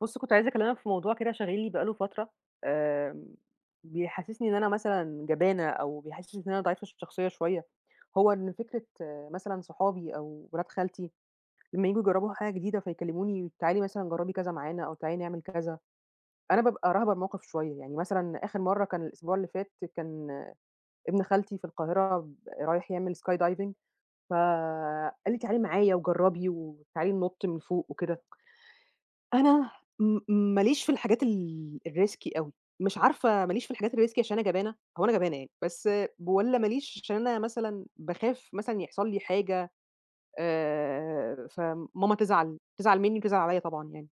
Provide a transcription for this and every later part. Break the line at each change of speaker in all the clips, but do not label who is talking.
بُص، كنت عايزة أكلمك في موضوع كده شاغلني بقى له فترة. آمم، بيحسسني إن أنا مثلًا جبانة أو بيحسسني إن أنا ضعيفة الشخصية شوية. هو إن فكرة مثلًا صحابي أو ولاد خالتي لمّا ييجوا يجربوا حاجة جديدة فيكلموني تعالي مثلًا جربي كذا معانا أو تعالي نعمل كذا. أنا بابقى راهبة الموقف شوية، يعني مثلًا آخر مرة كان الأسبوع اللي فات كان ابن خالتي في القاهرة رايح يعمل sky diving، فقال لي تعالي معايا وجربي وتعالي ننط من فوق وكده. أنا ما ليش في الحاجات الrisky أوي، مش عارفة ما ليش في الحاجات الrisky، عشان أنا جبانة؟ هو أنا جبانة يعني؟ بس والّا ما ليش عشان أنا مثلًا باخاف مثلًا يحصل لي حاجة، فماما تزعل مني وتزعل عليّا طبعًا يعني.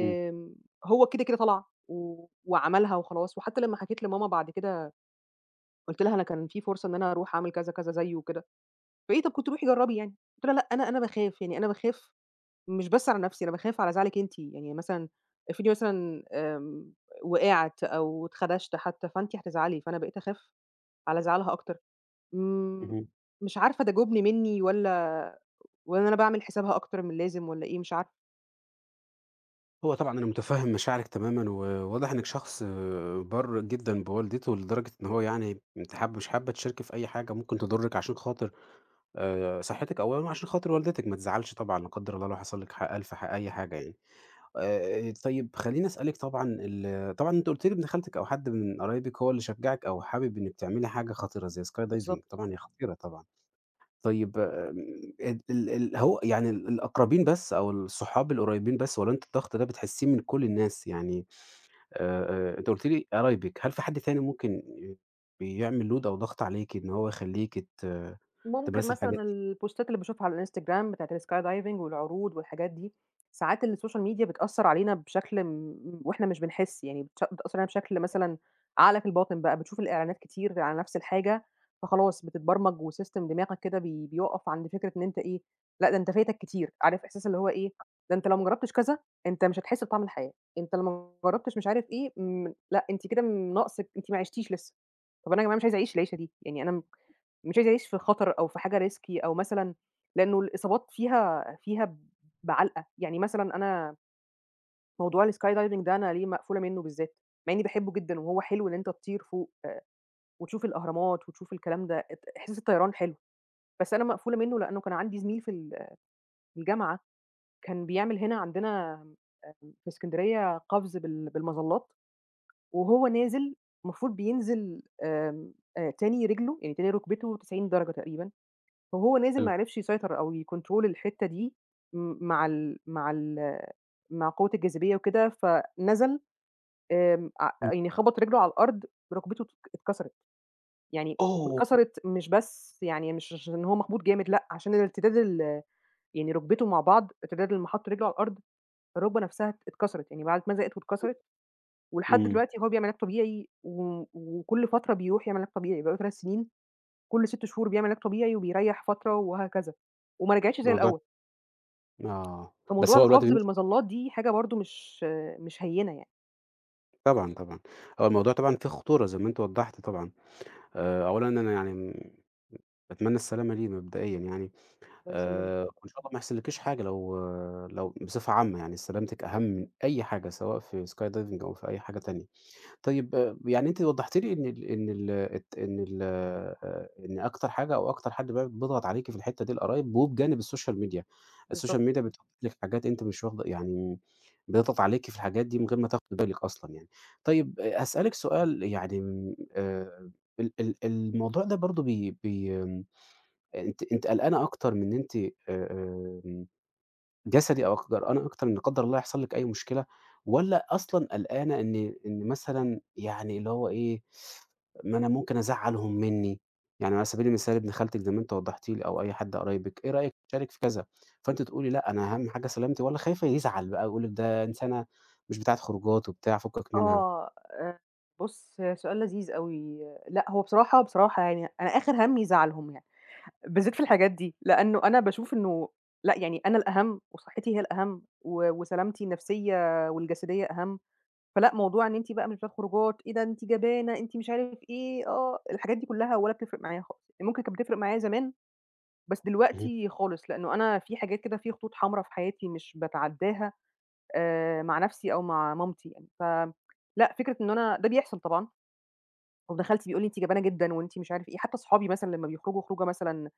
إمم،
هو كده طلع وعملها وخلاص. وحتى لمّا حكيت لماما بعد كده قُلت لها: "أنا كان في فرصة إن أنا أروح أعمل كذا، كذا زيه وكده." فإيه: "طَب كنت روحي جرّبي يعني." قُلت لها: "لأ، أنا باخاف، يعني أنا باخاف، مش بس على نفسي، أنا باخاف على زعلِك أنتِ، يعني مثلًا افرضي مثلًا وقعت أو اتخدشت حتى، فأنتِ هتزعلي، فأنا بقيت أخاف على زعلها أكتر." امم،
اهم.
مش عارفة ده جُبن منّي والّا أنا باعمل حسابها أكتر من اللازم والّا إيه، مش عارفة.
هو طبعًا أنا مُتفهِّم مشاعرِك تمامًا، وواضح إنِّك شخص بَرّ جدًا بوالدته لدرجة إن هو أنتِ مش حابة تشاركي في أي حاجة ممكن تضُرِّك عشان خاطر صحّتِك أولًا وعشان خاطر والدتِك، ما تزعّلش طبعًا لا قدّر الله لو حصل لِك ح ألف ح أي حاجة يعني. طيب خلّيني أسألِك طبعًا طبعًا أنتِ قُلتِ لي ابن خالتِك أو حد من قرايبِك هو اللي شجّعِك أو حابب إنِّك تعملي حاجة خطيرة زي sky
بالضبط.
diving، طبعًا هي خطيرة طبعًا. طيب، ال ال ال هو يعني الأقربين بس أو الصحاب القريبين بس، والّا أنتِ الضغط ده بتحسّيه من كل الناس؟ يعني أنتِ قُلتِ لي قرايبِك، هل في حد تاني ممكن بيعمل load أو ضغط عليكِ إن هو يخلّيكِ
ممكن
تمارسي
مثلًا
الحاجات دي؟
البوستات اللي باشوفها على الInstagram بتاعة الsky diving والعروض والحاجات دي، ساعات السوشيال ميديا بتأثّر علينا بشكل م وإحنا مش بنحس، يعني بتش بتأثّر علينا بشكل مثلًا عقلك الباطن بقى، بتشوف الإعلانات كتير على نفس الحاجة، فخلاص بتتبرمج، وsystem دماغك كده بيوقّف عند فكرة إن أنت إيه، لأ ده أنت فايتك كتير، عارف إحساس اللي هو إيه، ده أنت لو ما جرّبتش كذا، أنت مش هتحس بطعم الحياة، أنت لو ما جرّبتش مش عارف إيه، لأ أنتِ كده ناقصِك أنتِ ما عِشتيش لسه. طَب أنا يا جماعة مش عايزة أعيش العيشة دي، يعني أنا مش عايزة أعيش في خطر أو في حاجة risky أو مثلًا، لإنه الإصابات فيها بعلقة. يعني مثلًا أنا موضوع الsky diving ده أنا ليه مقفولة منّه بالذات، مع إني باحبه جدًا وهو حلو إن أنت تطير فوق، وتشوف الأهرامات وتشوف الكلام ده، إحساس الطيران حلو، بس أنا مقفولة منّه لإنه كان عندي زميل في الجامعة كان بيعمل هنا عندنا، في إسكندرية قفز بالمظلات، وهو نازل المفروض بينزل آمم تاني رجله، يعني تاني ركبته 90 درجة تقريبًا. وهو نازل
حلو.
ما عرفش يسيطر أو يكنترول الحتّة دي م مع ال مع ال مع قوة الجاذبية وكده، فنزل آمم ع
إمم.
يعني خبط رجله على الأرض. ركبته اتكسرت، يعني
أوه!
واتكسرت، مش بس يعني مش عشان هو مخبوط جامد لأ، عشان الارتداد ال، يعني ركبته مع بعض، ارتداد لمّا حط رجله على الأرض، الركبة نفسها اتكسرت، يعني بعد ما زقِت واتكسرت. ولحد
إمم.
دلوقتي هو بيعمل علاج طبيعي، وكل فترة بيروح يعمل علاج طبيعي، بقى له 3 سنين كل 6 شهور بيعمل علاج طبيعي وبيريّح فترة وهكذا، وما رجعتش زي
الموضوع،
الأول.
آه، بس
فموضوع
هو الوقت
القفز
بيمشي.
بالمظلات دي حاجة برضه مش هينة يعني.
طبعًا، طبعًا، هو الموضوع طبعًا فيه خطورة زي ما أنتِ وضّحتِ طبعًا. أولًا أنا يعني م باتمنى السلامة ليه مبدئيًا يعني.
الله يسلمك.
وإن شاء الله ما يحصلكيش حاجة، لو لو بصفة عامة يعني سلامتِك أهم من أي حاجة سواء في sky diving أو في أي حاجة تانية. طيب، يعني أنتِ وضّحتِ لي إن ال إن ال الت إن ال إن أكتر حاجة أو أكتر حد بقى بيضغط عليكِ في الحتّة دي القرايب وبجانب السوشيال ميديا. السوشيال
بالضبط.
ميديا بتحط لِك حاجات أنتِ مش واخدة يعني، بيضغط عليكِ في الحاجات دي من غير ما تاخدي بالِك أصلًا يعني. طيب هاسألِك سؤال يعني، آآ ال ال الموضوع ده برضه بي بي أنتِ قلقانة أكتر من إن أنتِ آمم، جسدي، أو قلقانة أكتر إن لا قدّر الله يحصل لِك أي مشكلة، والّا أصلًا قلقانة إن مثلًا يعني اللي هو إيه، ما أنا ممكن أزعّلهم منّي، يعني على سبيل المثال ابن خالتِك زي ما أنتِ وضّحتِ لي أو أي حد قرايبِك، إيه رأيك نشارك في كذا، فأنتِ تقولي لأ أنا أهم حاجة سلامتي، والّا خايفة يزعل بقى ويقول لِك ده إنسانة مش بتاعة خروجات وبتاع فكّك منها؟
آه، آآ بُص سؤال لذيذ أوي. لأ هو بصراحة يعني أنا آخر هَمّي زعلهم يعني، بالذات في الحاجات دي، لأنه أنا باشوف إنه لأ، يعني أنا الأهم وصحتي هي الأهم وسلامتي النفسية والجسدية أهم. فلأ موضوع إن أنتِ بقى مش بتاعة خروجات، إيه ده أنتِ جبانة، أنتِ مش عارف إيه، آه، الحاجات دي كلها ولا بتفرق معايا خالص، يعني ممكن كانت بتفرق معايا زمان، بس
اهم.
دلوقتي خالص، لإنه أنا في حاجات كده، في خطوط حمرا في حياتي مش باتعدّاها، مع نَفْسي أو مع مامتي يعني. ف لأ، فكرة إن أنا ده بيحصل طبعًا، وابن خالتي بيقول لي: "أنتِ جبانة جدًا وأنتِ مش عارف إيه." حتى صحابي مثلًا لمّا بيخرجوا خروجة مثلًا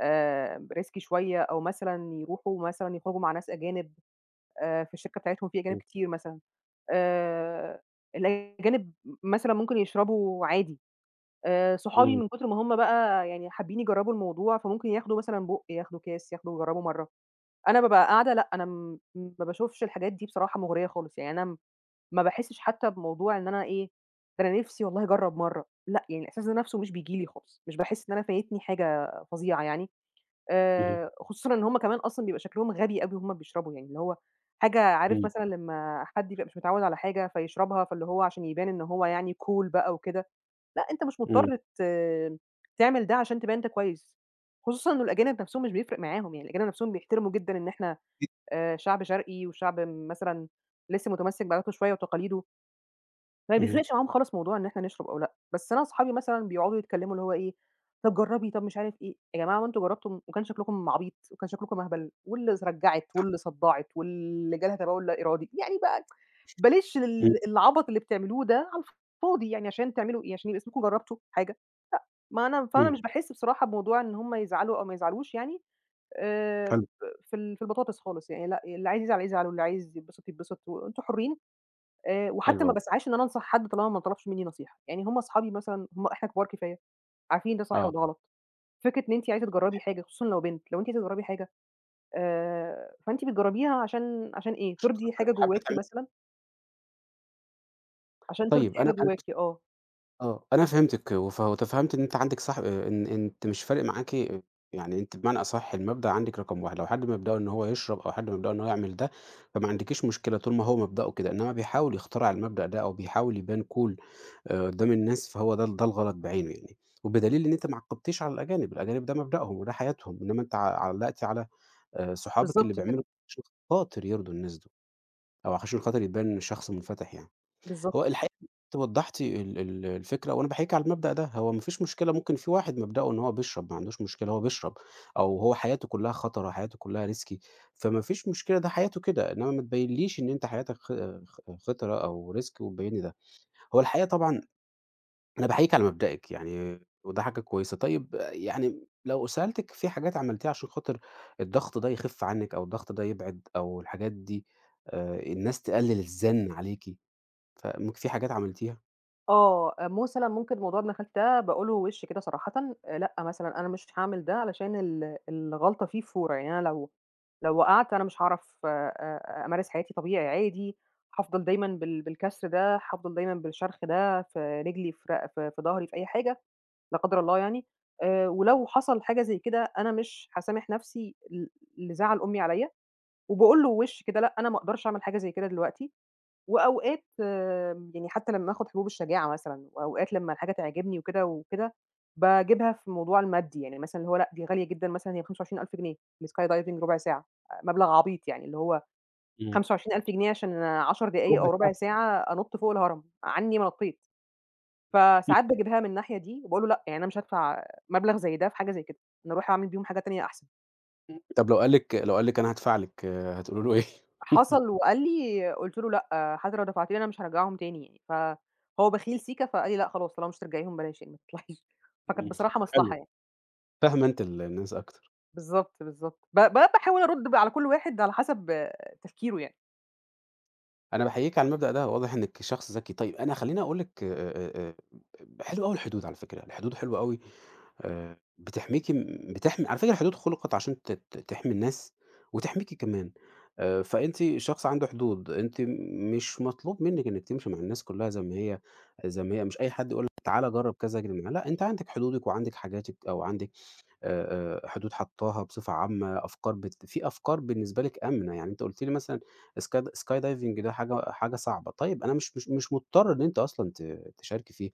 risky شوية، أو مثلًا يروحوا مثلًا يخرجوا مع ناس أجانب. في الشركة بتاعتهم في أجانب
إمم.
كتير مثلًا، آآ الأجانب مثلًا ممكن يشربوا عادي. صحابي
إمم.
من كتر ما هم بقى يعني حابين يجرّبوا الموضوع، فممكن ياخدوا مثلًا بُق، ياخدوا كاس، ياخدوا يجرّبوا مرّة. أنا بابقى قاعدة لأ، أنا ما باشوفش الحاجات دي بصراحة مُغرية خالص، يعني أنا ما باحسّش حتى بموضوع إن أنا إيه، ده أنا نِفْسي والله أجرّب مرّه، لأ، يعني الإحساس ده نَفْسه مش بييجي لي خالص، مش باحس إن أنا فايتني حاجة فظيعة يعني.
اهم.
خصوصًا إن هُم كمان أصلًا بيبقى شكلهم غبي أوي وهُم بيشربوا، يعني اللي هو حاجة، عارف
إمم.
مثلًا لمّا حد يبقى مش متعوّد على حاجة فيشربها، فاللي هو عشان يبان إن هو يعني cool بقى وكده، لأ، أنت مش
إمم.
مضطر تعمل ده عشان تبان أنت كويس، خصوصًا إنه الأجانب نَفْسهم مش بيفرق معاهم، يعني الأجانب نَفْسهم بيحترموا جدًا إن إحنا شعب شرقي وشعب مثلًا لسه متمسّك بعاداته شوية وتقاليده، ما
اهم.
بيفرقش معاهم خالص موضوع إن إحنا نشرب أو لأ. بس أنا أصحابي مثلًا بيقعدوا يتكلّموا اللي هو إيه، طَب جرّبي، طَب مش عارف إيه، يا جماعة هو أنتم جرّبتم وكان شكلكم عبيط وكان شكلكم أهبل، واللي رجّعِت واللي صدّعِت واللي جالها تبول لا إرادي، يعني بقى بلاش
إمم.
العبط اللي بتعملوه ده على الفاضي، يعني عشان تعملوا إيه، عشان يبقى اسمكم جرّبتوا حاجة، ما أنا فأنا
إمم.
مش باحس بصراحة بموضوع إن هم يزعلوا أو ما يزعلوش يعني. ب
حلو.
في ال البطاطس خالص، يعني لأ، اللي عايز يزعل يزعل واللي عايز يتبسط يتبسط وأنتم حرّين. وحتى
حلو
ما
أوي.
باسعاش إن أنا أنصح حد طالما ما طلبش منّي نصيحة، يعني هم أصحابي مثلًا، هم إحنا كبار كفاية، عارفين ده صح
آه،
وده غلط. فكرة إن أنتِ عايزة تجرّبي حاجة، خصوصًا لو بنت، لو أنتِ عايزة تجرّبي حاجة فأنتِ بتجرّبيها عشان إيه، ترضي حاجة
حابة
جواكِ
تعملي،
مثلًا، عشان ترضي
طيب أنا
حاجة
أنا
جواكِ، آه،
آه، أنا فهمتِك وتفهّمت إن أنتِ عندِك صاح، إن أنتِ مش فارق معاكِ. يعني أنتِ بمعنى أصح المبدأ عندِك رقم 1، لو حد مبدأه إن هو يشرب أو حد مبدأه إن هو يعمل ده، فما عندكيش مشكلة طول ما هو مبدأه كده، إنّما بيحاول يخترع المبدأ ده أو بيحاول يبان cool قدّام الناس، فهو ده ال ده الغلط بعينه يعني. وبدليل إن أنتِ ما عَقّبتيش على الأجانب، الأجانب ده مبدأهم وده حياتهم، إنّما أنتِ علّقتِ على صحابِك اللي
بالضبط كده،
بيعملوا عشان خاطر يرضوا الناس دول أو عشان خاطر يبان شخص منفتح يعني. هو
بالضبط كده.
الحقيقة أنتِ وضّحتِ ال ال الفكرة وأنا باحييكِ على المبدأ ده، هو ما فيش مشكلة ممكن في واحد مبدأه إن هو بيشرب، ما عندوش مشكلة هو بيشرب، أو هو حياته كلّها خطرة، حياته كلّها risky، فما فيش مشكلة ده حياته كده، إنّما ما تبيّنليش إن أنت حياتك خ خ خطرة أو risk وتبيّن لي ده. هو الحقيقة طبعًا أنا باحييكِ على مبدئِك يعني وده حاجة كويسة. طيب يعني لو سألتِك في حاجات عملتيها عشان خاطر الضغط ده يخِف عنِّك أو الضغط ده يبعد أو الحاجات دي الناس تقلِّل الزَّن عليكِ، فممكن في حاجات عملتيها؟
مثلًا ممكن موضوع ابن خالتي ده باقول له وِش كده صراحةً. لأ مثلًا أنا مش هاعمل ده علشان الغلطة فيه فورة، يعني أنا لو وقعت أنا مش هاعرف أمارس حياتي طبيعي عادي، هافضل دايمًا بالكسر ده، هافضل دايمًا بالشرخ ده في رجلي، في ضهري، في أي حاجة لا قدر الله يعني. ولو حصل حاجة زي كده أنا مش هاسامح نفسي لزعل أمي عليّا. وباقول له وِش كده لأ، أنا ما أقدرش أعمل حاجة زي كده دلوقتي. وأوقات يعني حتى لمّا آخد حبوب الشجاعة مثلًا، وأوقات لمّا الحاجة تعجبني وكده وكده، باجيبها في الموضوع المادي، يعني مثلًا اللي هو لأ دي غالية جدًا، مثلًا هي ب25.000 جنيه الsky diving ربع ساعة. آه، مبلغ عبيط يعني اللي هو
إمم.
25.000 جنيه عشان 10 دقايق أو
رُبع
ربع
ساعة.
ساعة أنُط فوق الهرم، عني ما نطيت. فساعات باجيبها من الناحية دي وباقول له لأ، يعني أنا مش هادفع مبلغ زي ده في حاجة زي كده، أنا أروح أعمل بيهم حاجة تانية أحسن.
طب لو قال لِك، لو قال لِك أنا هادفع لِك، هتقولي له إيه؟
حصل وقال لي، قُلت له: "لأ، حتى لو دفعتِ لي أنا مش هارجّعهم تاني يعني." فهو بخيل سيكا، فقال لي: "لأ خلاص، طالما مش هترجعيهم بلاش يعني، ما تطلعيش." فكانت
إمم.
بصراحة مصلحة
حلوة.
يعني.
فاهمة أنتِ الناس أكتر.
بالضبط، بالضبط. ب ب باحاول أرُد بقى على كل واحد على حسب تفكيره يعني.
أنا باحييكِ على المبدأ ده، واضح إنِّك شخص ذكي. طيب أنا خلّيني أقول لِك، حلوة أوي الحدود على فكرة، الحدود حلوة أوي. بتحميكِ، بتحمي، على فكرة الحدود خُلقت عشان ت ت تحمي الناس وتحميكِ كمان. فأنتِ شخص عنده حدود، أنتِ مش مطلوب منِّك إنِّك تمشي مع الناس كلّها زي ما هي زي ما هي، مش أي حد يقول لِك تعالَ جرّب كذا اجري معاه، لأ أنتِ عندِك حدودِك وعندِك حاجاتِك أو عندِك حدود حطّاها بصفة عامة، أفكار بت في أفكار بالنسبة لك آمنة، يعني أنتِ قُلتِ لي مثلًا sky diving ده حاجة صعبة، طيب أنا مش مضطر إن أنتِ أصلًا تشاركي فيه.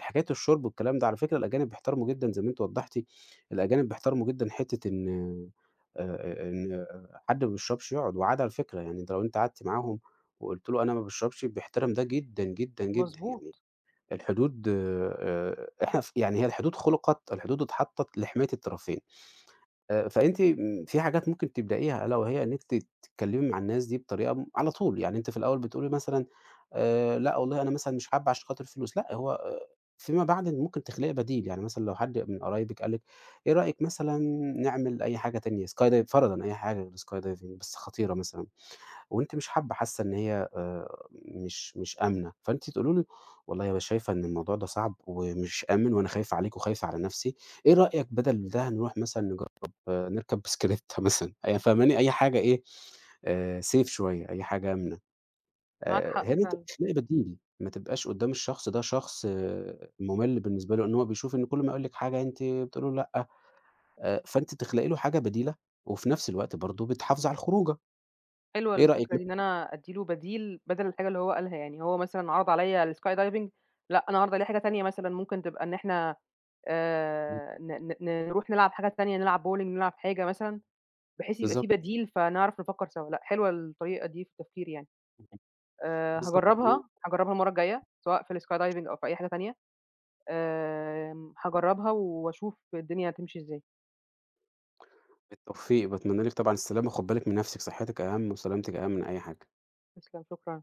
حكاية الشرب والكلام ده، على فكرة الأجانب بيحترموا جدًا زي ما أنتِ وضّحتِ، الأجانب بيحترموا جدًا حتّة إن آآ، إن حد ما بيشربش يقعد، وعادة على فكرة يعني أنتِ لو أنتِ قعدتِ معاهم وقُلتِ له أنا ما باشربش بيحترم ده جدًا، جدًا، جدًا، يعني
مضبوط،
الحدود، إحنا يعني هي الحدود اتحطّت لحماية الطرفين. فأنتِ في حاجات ممكن تبدئيها ألا وهي إن أنتِ تتكلمي مع الناس دي بطريقة على طول، يعني أنتِ في الأول بتقولي مثلًا لأ والله أنا مثلًا مش حابة عشان خاطر الفلوس، لأ هو فيما بعد ممكن تخلقي بديل، يعني مثلًا لو حد من قرايبِك قال لِك إيه رأيك مثلًا نعمل أي حاجة تانية، sky dive فرضًا أي حاجة غير الsky diving بس خطيرة مثلًا. وأنتِ مش حابة، حاسة إن هي مش آمنة، فأنتِ تقولي له والله أنا شايفة إن الموضوع ده صعب ومش آمن وأنا خايفة عليك وخايفة على نفسي، إيه رأيك بدل ده نروح مثلًا نجرب، آه، نركب بسكليتة مثلًا، يعني فاهماني؟ أي حاجة إيه، safe شوية، أي حاجة آمنة.
معاك حق
هنا أنتِ
فعلًا.
بتخلقي بديل، ما تبقاش قدّام الشخص ده شخص، آه، مُمِل بالنسبة له، إن هو بيشوف إن كل ما يقول لِك حاجة أنتِ بتقولي له لأ. فأنتِ تخلقي له حاجة بديلة وفي نفس الوقت برضه بتحافظي على الخروجة،
حلوة
إيه رأيك؟
الفكرة دي، إن أنا أدّي له بديل بدل الحاجة اللي هو قالها يعني. هو مثلًا عرض عليّا الsky diving، لأ أنا هاعرض عليه حاجة تانية، مثلًا ممكن تبقى إن إحنا ن ن نروح نلعب حاجة تانية، نلعب bowling، نلعب حاجة مثلًا. بحيث يبقى في
بالضبط.
بديل فنعرف نفكّر سوا. لأ حلوة الطريقة دي في التفكير يعني.
بالضبط،
هاجرّبها، هاجرّبها المرّة الجاية سواء في الsky diving أو في أي حاجة تانية. هاجرّبها وأشوف الدنيا هتمشي إزاي.
بالتوفيق، باتمنى لِك طبعًا السلامة، وخُد بالِك من نَفْسِك، صحتِك أهم وسلامتِك أهم من أي حاجة.
تسلم، شكرًا.